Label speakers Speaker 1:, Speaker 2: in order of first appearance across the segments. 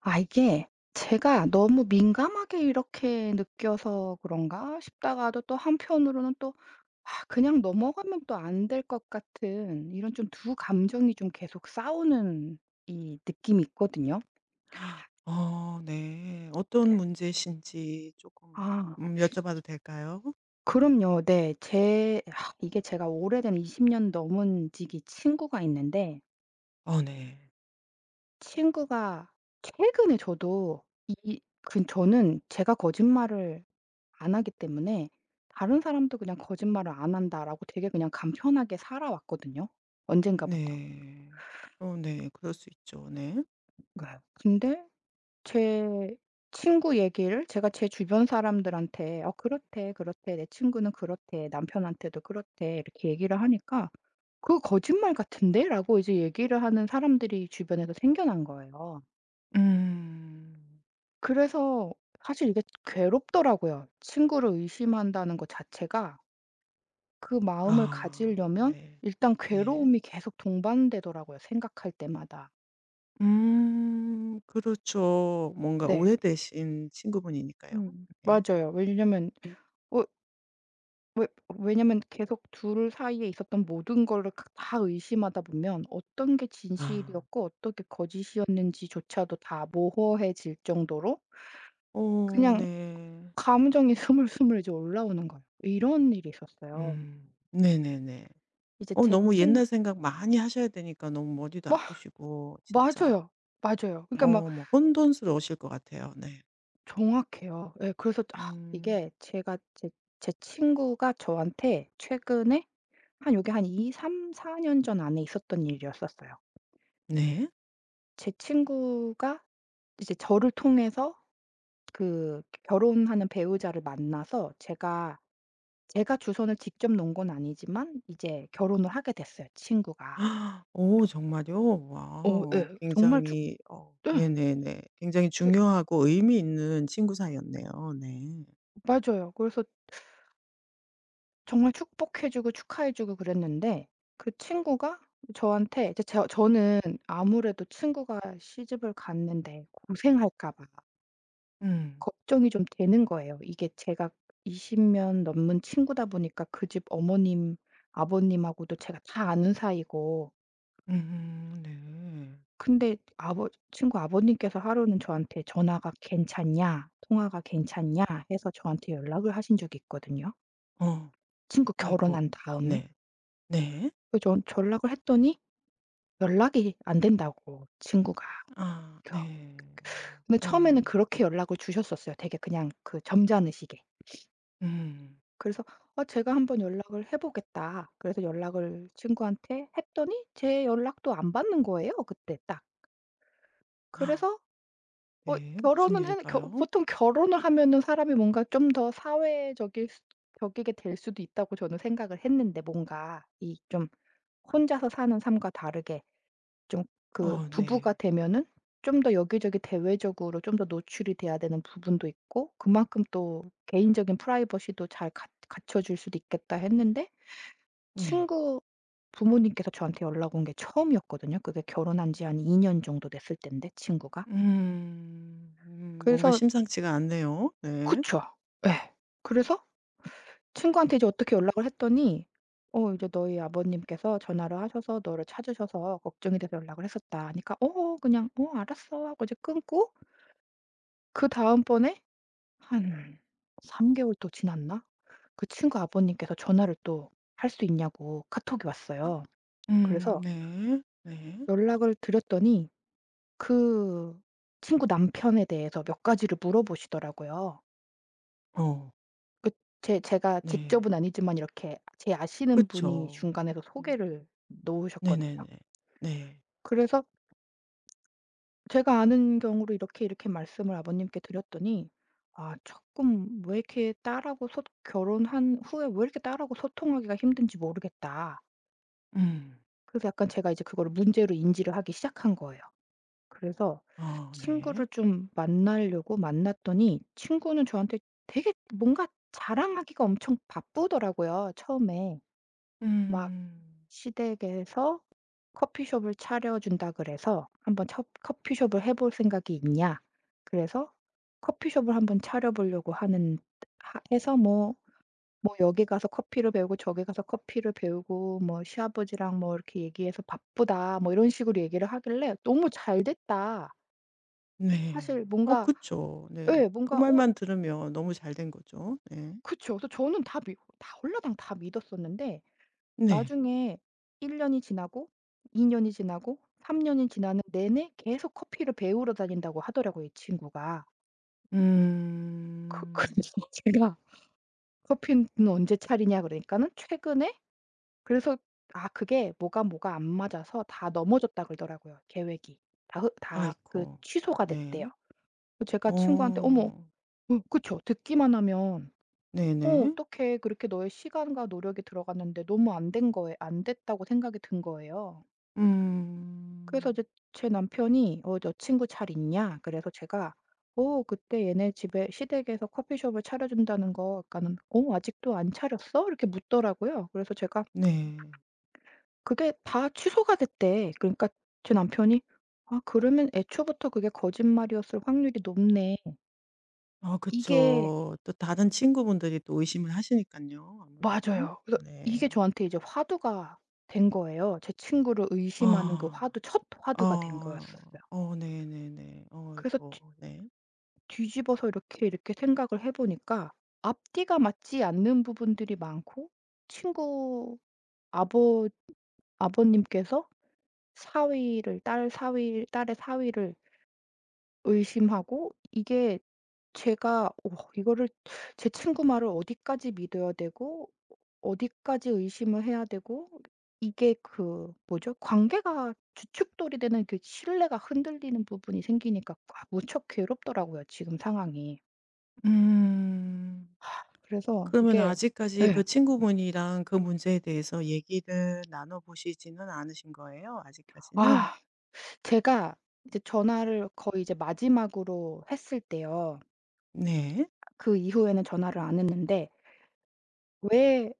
Speaker 1: 이게 제가 너무 민감하게 이렇게 느껴서 그런가 싶다가도 또 한편으로는 또 '아 그냥 넘어가면 또 안 될 것 같은' 이런 좀 두 감정이 좀 계속 싸우는 이 느낌이 있거든요.
Speaker 2: 어 네. 어떤 문제신지 조금
Speaker 1: 아
Speaker 2: 여쭤봐도 될까요?
Speaker 1: 그럼요. 네. 제 아 이게 제가 오래된 20년 넘은 지기 친구가 있는데,
Speaker 2: 어 네.
Speaker 1: 친구가 최근에 저도 이 그 저는 제가 거짓말을 안 하기 때문에 다른 사람도 그냥 "거짓말을 안 한다."라고 되게 그냥 간편하게 살아왔거든요, 언젠가부터.
Speaker 2: 네. 어 네. 그럴 수 있죠. 네.
Speaker 1: 네. 근데 제 친구 얘기를 제가 제 주변 사람들한테 "어 그렇대, 그렇대. 내 친구는 그렇대. 남편한테도 그렇대." 이렇게 얘기를 하니까 "그거 거짓말 같은데?"라고 이제 얘기를 하는 사람들이 주변에서 생겨난 거예요.
Speaker 2: 음.
Speaker 1: 그래서 사실 이게 괴롭더라고요. 친구를 의심한다는 것 자체가, 그 마음을
Speaker 2: 아
Speaker 1: 가지려면
Speaker 2: 네.
Speaker 1: 일단
Speaker 2: 네.
Speaker 1: 괴로움이 계속 동반되더라고요, 생각할 때마다.
Speaker 2: 그렇죠. 뭔가
Speaker 1: 네.
Speaker 2: 오래되신 친구분이니까요.
Speaker 1: 음.
Speaker 2: 네.
Speaker 1: 맞아요. 왜냐면 어 왜 왜냐면 계속 둘 사이에 있었던 모든 거를 각 다 의심하다 보면 어떤 게
Speaker 2: 아.
Speaker 1: 진실이었고 어떤 게 거짓이었는지조차도 다 모호해질 정도로
Speaker 2: 어
Speaker 1: 그냥
Speaker 2: 네.
Speaker 1: 감정이 스물스물 이제 올라오는 거예요. 이런 일이 있었어요.
Speaker 2: 음. 네네네.
Speaker 1: 이제
Speaker 2: 어
Speaker 1: 제
Speaker 2: 너무
Speaker 1: 친
Speaker 2: 옛날 생각 많이 하셔야 되니까 너무 머리도
Speaker 1: 마
Speaker 2: 아프시고 진짜
Speaker 1: 맞아요. 맞아요. 그러니까 막
Speaker 2: 어 막 혼돈스러우실 것 같아요. 네.
Speaker 1: 정확해요. 예, 그래서 아
Speaker 2: 음
Speaker 1: 이게 제가 제 친구가 저한테 최근에 한 2-3-4년 전 안에 있었던 일이었었어요.
Speaker 2: 네.
Speaker 1: 제 친구가 이제 저를 통해서 그 결혼하는 배우자를 만나서 제가 주선을 직접 놓은 건 아니지만 이제 결혼을 하게 됐어요, 친구가.
Speaker 2: 오, 정말요?
Speaker 1: 어
Speaker 2: 와우.
Speaker 1: 예. 정말 축
Speaker 2: 굉장히 어
Speaker 1: 예.
Speaker 2: 네네네. 굉장히
Speaker 1: 예,
Speaker 2: 중요하고 의미 있는 친구 사이였네요. 네.
Speaker 1: 맞아요. 그래서 정말 축복해 주고 축하해 주고 그랬는데 그 친구가 저한테 이제 저는 아무래도 친구가 시집을 갔는데 고생할까 봐
Speaker 2: 음.
Speaker 1: 걱정이 좀 되는 거예요. 이게 제가 20년 넘은 친구다 보니까 그 집 어머님, 아버님하고도 제가 다 아는 사이고.
Speaker 2: 네.
Speaker 1: 근데 아버 친구 아버님께서 하루는 저한테 "전화가 괜찮냐? 통화가 괜찮냐?" 해서 저한테 연락을 하신 적이 있거든요,
Speaker 2: 어
Speaker 1: 친구
Speaker 2: 아이고.
Speaker 1: 결혼한 다음에.
Speaker 2: 네. 네.
Speaker 1: 그래서 전 연락을 했더니 연락이 안 된다고, 친구가.
Speaker 2: 아 네.
Speaker 1: 근데
Speaker 2: 오
Speaker 1: 처음에는 그렇게 연락을 주셨었어요. 되게 그냥 그 점잖으시게.
Speaker 2: 음.
Speaker 1: 그래서 "아 제가 한번 연락을 해 보겠다." 그래서 연락을 친구한테 했더니 제 연락도 안 받는 거예요, 그때 딱.
Speaker 2: 아,
Speaker 1: 그래서
Speaker 2: 네. 무슨
Speaker 1: 결혼은 해 겨
Speaker 2: 일일까요?
Speaker 1: 보통 결혼을 하면은 사람이 뭔가 좀 더 사회적일 수 적이게 될 수도 있다고 저는 생각을 했는데, 뭔가 이 좀 혼자서 사는 삶과 다르게 좀 그
Speaker 2: 어
Speaker 1: 부부가
Speaker 2: 네.
Speaker 1: 되면은 좀 더 여기저기 대외적으로 좀 더 노출이 돼야 되는 부분도 있고 그만큼 또 개인적인 프라이버시도 잘 갖 갖춰 줄 수도 있겠다 했는데.
Speaker 2: 네.
Speaker 1: 친구 부모님께서 저한테 연락 온 게 처음이었거든요. 그게 결혼한 지 한 2년 정도 됐을 인데, 친구가.
Speaker 2: 음. 뭔가
Speaker 1: 그래서
Speaker 2: 심상치가 않네요. 네.
Speaker 1: 그쵸. 예. 그래서 친구한테 이제 어떻게 연락을 했더니 "어 이제 너희 아버님께서 전화를 하셔서 너를 찾으셔서 걱정이 돼서 연락을 했었다." 하니까 "어." 그냥 "어 알았어." 하고 이제 끊고. 그다음번에 한 3 개월 또 지났나? 그 친구 아버님께서 전화를 또 할 수 있냐고 카톡이 왔어요. 그래서
Speaker 2: 네. 네.
Speaker 1: 연락을 드렸더니 그 친구 남편에 대해서 몇 가지를 물어보시더라고요.
Speaker 2: 어
Speaker 1: 그, 제 제가
Speaker 2: 네.
Speaker 1: 직접은 아니지만 이렇게 제 아시는 분이
Speaker 2: 그쵸.
Speaker 1: 중간에서
Speaker 2: 네.
Speaker 1: 소개를 놓으셨거든요.
Speaker 2: 네네네. 네.
Speaker 1: 그래서 제가 아는 경우로 이렇게 이렇게 말씀을 아버님께 드렸더니, "아 조금 왜 이렇게 딸하고 소 결혼한 후에 왜 이렇게 딸하고 소통하기가 힘든지 모르겠다."
Speaker 2: 음.
Speaker 1: 그래서 약간 제가 이제 그거를 문제로 인지를 하기 시작한 거예요. 그래서
Speaker 2: 아
Speaker 1: 친구를
Speaker 2: 네.
Speaker 1: 좀 만나려고 만났더니 친구는 저한테 되게 뭔가 자랑하기가 엄청 바쁘더라고요, 처음에. 막
Speaker 2: 음.
Speaker 1: 시댁에서 커피숍을 차려준다 그래서 "한번 첫 커피숍을 해볼 생각이 있냐?" 그래서 커피숍을 한번 차려보려고 하는 하 해서 뭐 여기 가서 커피를 배우고 저기 가서 커피를 배우고 뭐 "시아버지랑 뭐 이렇게 얘기해서 바쁘다." 뭐 이런 식으로 얘기를 하길래 너무 잘 됐다.
Speaker 2: 네.
Speaker 1: 사실
Speaker 2: 어
Speaker 1: 뭔가
Speaker 2: 그쵸. 네.
Speaker 1: 예,
Speaker 2: 그
Speaker 1: 뭔가 어
Speaker 2: 말만 들으면 너무 잘된 거죠. 네.
Speaker 1: 그쵸. 그래서 저는 다 홀라당 다 믿었었는데,
Speaker 2: 네.
Speaker 1: 나중에 1 년이 지나고 2 년이 지나고 3 년이 지나는 내내 계속 커피를 배우러 다닌다고 하더라고요, 이 친구가. 그래서
Speaker 2: 음.
Speaker 1: 제가 "커피는 언제 차리냐?" 그러니까는 "최근에." 그래서 아 그게 뭐가 안 맞아서 다 넘어졌다 그러더라고요, 계획이. 다다그
Speaker 2: 아이코.
Speaker 1: 취소가 됐대요.
Speaker 2: 네.
Speaker 1: 그 제가 친구한테 "어머."
Speaker 2: 어.
Speaker 1: 그쵸. 듣기만 하면 '어 어
Speaker 2: 네네.
Speaker 1: 떻게 그렇게 너의 시간과 노력이 들어갔는데 너무 안 됐다.'고 생각이 든 거예요. 그래서 이제
Speaker 2: 음.
Speaker 1: 제 남편이 "어 너 친구 잘 있냐?" 그래서 제가 "어 그때 얘네 집에 시댁에서 커피숍을 차려준다는 거" 그러니까는 "어 아직도 안 차렸어?" 이렇게 묻더라고요. 그래서 제가
Speaker 2: 네.
Speaker 1: "그게 다 취소가 됐대." 그러니까 제 남편이 "아 그러면 애초부터 그게 거짓말이었을 확률이 높네."
Speaker 2: 아
Speaker 1: 이게
Speaker 2: 그쵸. 또 다른 친구분들이 또 의심을 하시니까요 아무래도.
Speaker 1: 맞아요. 그래서 이게
Speaker 2: 네.
Speaker 1: 저한테 이제 화두가 된 거예요. 제 친구를 의심하는, 그
Speaker 2: 아.
Speaker 1: 화두 첫 화두가 된
Speaker 2: 어.
Speaker 1: 거였었어요.
Speaker 2: 어 네네네.
Speaker 1: 그래서
Speaker 2: 어이고 네.
Speaker 1: 뒤집어서 이렇게 이렇게 생각을 해 보니까 앞뒤가 맞지 않는 부분들이 많고, 친구 아버 아버님께서 사위를 딸 사위 딸의 사위를 의심하고, 이게 제가 어 이거를 제 친구 말을 어디까지 믿어야 되고 어디까지 의심을 해야 되고, 이게 그 뭐죠? 관계가 주춧돌이 되는 그 신뢰가 흔들리는 부분이 생기니까 꽉 무척 괴롭더라고요, 지금 상황이.
Speaker 2: 음.
Speaker 1: 그래서
Speaker 2: 그러면
Speaker 1: 이게
Speaker 2: 아직까지 그
Speaker 1: 예.
Speaker 2: 친구분이랑 그 문제에 대해서 얘기를 나눠 보시지는 않으신 거예요? 아직까지는?
Speaker 1: 아 제가 이제 전화를 거의 이제 마지막으로 했을 때요.
Speaker 2: 네.
Speaker 1: 그 이후에는 전화를 안 했는데 "왜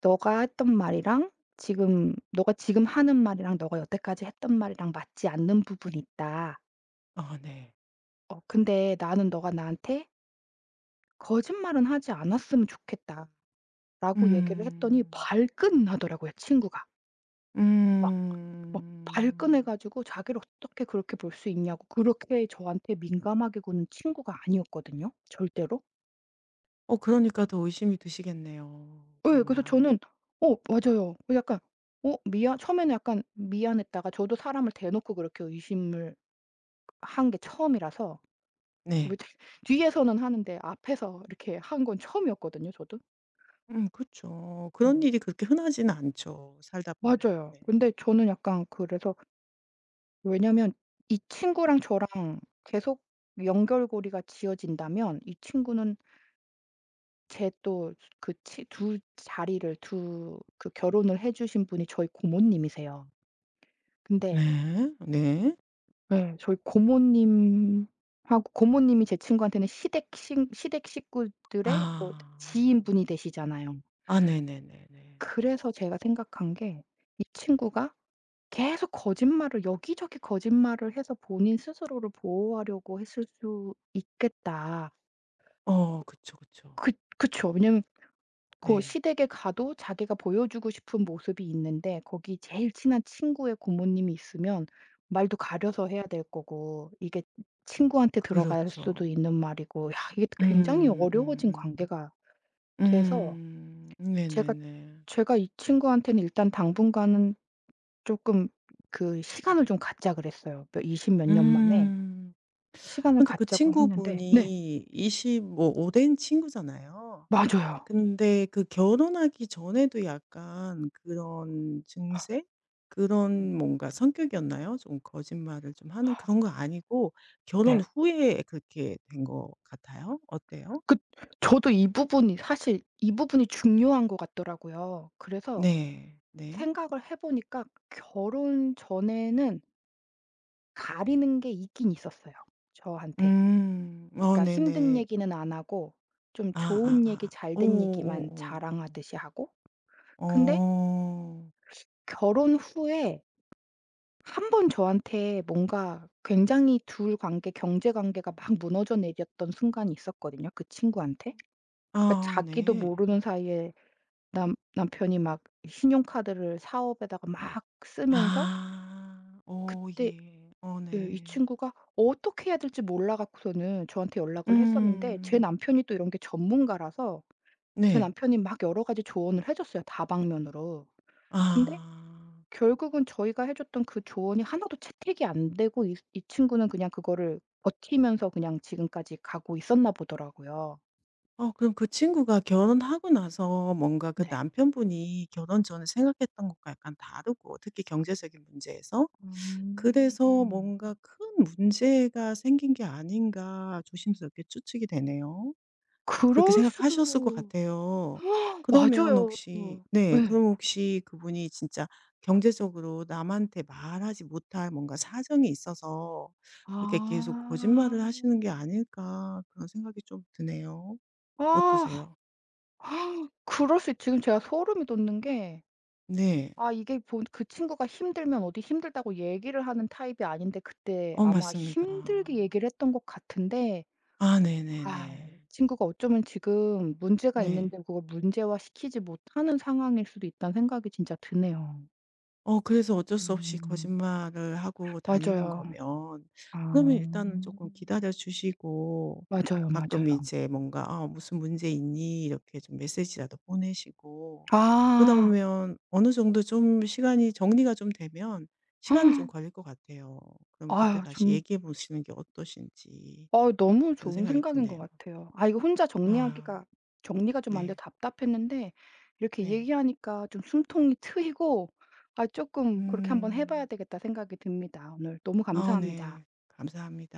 Speaker 1: 너가 했던 말이랑 지금 너가 지금 하는 말이랑 너가 여태까지 했던 말이랑 맞지 않는 부분이 있다.
Speaker 2: 어, 네.
Speaker 1: 어, 근데 나는 너가 나한테 거짓말은 하지 않았으면 좋겠다."라고 얘기를 했더니
Speaker 2: 음.
Speaker 1: 발끈 나더라고요, 친구가. 막 막
Speaker 2: 음.
Speaker 1: 발끈해 가지고 자기를 어떻게 그렇게 볼 수 있냐고. 그렇게 저한테 민감하게 구는 친구가 아니었거든요, 절대로.
Speaker 2: 어 그러니까 더 의심이 드시겠네요
Speaker 1: 예. 그래서
Speaker 2: 정말.
Speaker 1: 저는 맞아요. 그 약간 어 미안 처음에는 약간 미안했다가 저도 사람을 대놓고 그렇게 의심을 한 게 처음이라서 왜
Speaker 2: 네.
Speaker 1: 뒤에서는 하는데 앞에서 이렇게 한 건 처음이었거든요, 저도.
Speaker 2: 그죠 그런
Speaker 1: 음.
Speaker 2: 일이 그렇게 흔하지는 않죠 살다 보면.
Speaker 1: 맞아요.
Speaker 2: 네.
Speaker 1: 근데 저는 약간 그래서 왜냐면 이 친구랑 저랑 계속 연결고리가 지어진다면 이 친구는 제 또 그 치 두 자리를 두 그 결혼을 해 주신 분이 저희 고모님이세요. 근데
Speaker 2: 네. 네.
Speaker 1: 예, 저희 고모님하고 고모님이 제 친구한테는 시댁 식구들의 또
Speaker 2: 아.
Speaker 1: 지인분이 되시잖아요.
Speaker 2: 아 네네네네.
Speaker 1: 그래서 제가 생각한 게 이 친구가 계속 거짓말을 여기저기 거짓말을 해서 본인 스스로를 보호하려고 했을 수 있겠다.
Speaker 2: 어 그쵸, 그쵸.
Speaker 1: 그 그쵸. 왜냐면 그
Speaker 2: 네.
Speaker 1: 시댁에 가도 자기가 보여주고 싶은 모습이 있는데 거기 제일 친한 친구의 고모님이 있으면 말도 가려서 해야 될 거고 이게 친구한테 들어갈 수도
Speaker 2: 그렇죠.
Speaker 1: 있는 말이고, 야 이게 굉장히 어려워진
Speaker 2: 음.
Speaker 1: 관계가 돼서 제가
Speaker 2: 네네네.
Speaker 1: 제가 이 친구한테는 일단 당분간은 조금 그 시간을 좀 갖자 그랬어요. 몇 20몇 년 만에
Speaker 2: 음.
Speaker 1: 시간을
Speaker 2: 근데 그
Speaker 1: 갖자고 했는데. 네,
Speaker 2: 친구분이 25 된 친구잖아요.
Speaker 1: 맞아요.
Speaker 2: 근데 그 결혼하기 전에도 약간 그런 증세?
Speaker 1: 음
Speaker 2: 그런 뭔가 성격이었나요? 좀 거짓말을 좀 하는 그런 거 아니고 결혼
Speaker 1: 네.
Speaker 2: 후에 그렇게 된 것 같아요? 어때요?
Speaker 1: 그 저도 이 부분이 사실 이 부분이 중요한 것 같더라고요. 그래서
Speaker 2: 네. 네.
Speaker 1: 생각을 해 보니까 결혼 전에는 가리는 게 있긴 있었어요, 저한테.
Speaker 2: 음. 어
Speaker 1: 그러니까 힘든
Speaker 2: 네네.
Speaker 1: 얘기는 안 하고 좀
Speaker 2: 아 아
Speaker 1: 좋은 얘기,
Speaker 2: 아
Speaker 1: 잘 된 얘기만
Speaker 2: 오오오오.
Speaker 1: 자랑하듯이 하고. 근데
Speaker 2: 어.
Speaker 1: 결혼 후에 한 번 저한테 뭔가 굉장히 둘 관계 경제 관계가 막 무너져 내렸던 순간이 있었거든요, 그 친구한테. 그러니까
Speaker 2: 아
Speaker 1: 자기도
Speaker 2: 네.
Speaker 1: 모르는 사이에 남 남편이 막 신용카드를 사업에다가 막 쓰면서
Speaker 2: 아. 오,
Speaker 1: 그때,
Speaker 2: 예. 어
Speaker 1: 예, 이
Speaker 2: 네.
Speaker 1: 친구가 어떻게 해야 될지 몰라 갖고서는 저한테 연락을 했었는데 제
Speaker 2: 음.
Speaker 1: 남편이 또 이런 게 전문가라서 제
Speaker 2: 네.
Speaker 1: 남편이 막 여러 가지 조언을 해 줬어요, 다방면으로. 근데
Speaker 2: 아.
Speaker 1: 결국은 저희가 해 줬던 그 조언이 하나도 채택이 안 되고 이 친구는 그냥 그거를 버티면서 그냥 지금까지 가고 있었나 보더라고요.
Speaker 2: 어 그럼 그 친구가 결혼하고 나서 뭔가 그
Speaker 1: 네.
Speaker 2: 남편분이 결혼 전에 생각했던 것과 약간 다르고 특히 경제적인 문제에서 그래서
Speaker 1: 음.
Speaker 2: 뭔가 '큰 문제가 생긴 게 아닌가.' 조심스럽게 추측이 되네요. 그렇게
Speaker 1: 그럴
Speaker 2: 생각하셨을 것
Speaker 1: 수도
Speaker 2: 같아요. 그러면
Speaker 1: 맞아요.
Speaker 2: 혹시 네.
Speaker 1: 예.
Speaker 2: 그럼 혹시 그분이 진짜 경제적으로 남한테 말하지 못할 뭔가 사정이 있어서 그렇게 계속
Speaker 1: 아.
Speaker 2: 거짓말을 하시는 게 아닐까 그런 생각이 좀 드네요.
Speaker 1: 아.
Speaker 2: 어떠세요?
Speaker 1: 그럴 수 있 지금 제가 소름이 돋는 게
Speaker 2: 네.
Speaker 1: 아 이게 본 그 친구가 힘들면 어디 힘들다고 얘기를 하는 타입이 아닌데 그때
Speaker 2: 어
Speaker 1: 아마
Speaker 2: 맞습니다.
Speaker 1: 힘들게 얘기를 했던 것 같은데,
Speaker 2: 아 네네네.
Speaker 1: 아, 친구가 어쩌면 지금 문제가
Speaker 2: 네.
Speaker 1: 있는데 그걸 문제화시키지 못하는 상황일 수도 있다는 생각이 진짜 드네요.
Speaker 2: 어 그래서 어쩔 수 없이
Speaker 1: 음.
Speaker 2: 거짓말을 하고 다니는
Speaker 1: 맞아요.
Speaker 2: 거면 그러면
Speaker 1: 아.
Speaker 2: 일단은 조금 기다려 주시고
Speaker 1: 맞아요,
Speaker 2: 가끔
Speaker 1: 맞아요.
Speaker 2: 이제 뭔가 "아 무슨 문제 있니?" 이렇게 좀 메시지라도 보내시고 그러다
Speaker 1: 아.
Speaker 2: 보면 어느 정도 좀 시간이 정리가 좀 되면 시간은 좀 걸릴 것 같아요. 그럼 그때
Speaker 1: 아유
Speaker 2: 다시
Speaker 1: 좀
Speaker 2: 얘기해 보시는 게 어떠신지
Speaker 1: 너무
Speaker 2: 그런
Speaker 1: 좋은
Speaker 2: 생각이
Speaker 1: 생각인
Speaker 2: 드네요.
Speaker 1: 것 같아요. 아 이거 혼자
Speaker 2: 아
Speaker 1: 정리하기가 정리가 좀 안 돼서
Speaker 2: 네.
Speaker 1: 답답했는데 이렇게
Speaker 2: 네.
Speaker 1: 얘기하니까 좀 숨통이 트이고, 아 조금 '그렇게 한번 해 봐야
Speaker 2: 음.
Speaker 1: 되겠다.' 생각이 듭니다. 오늘 너무
Speaker 2: 아
Speaker 1: 감사합니다.
Speaker 2: 네. 감사합니다.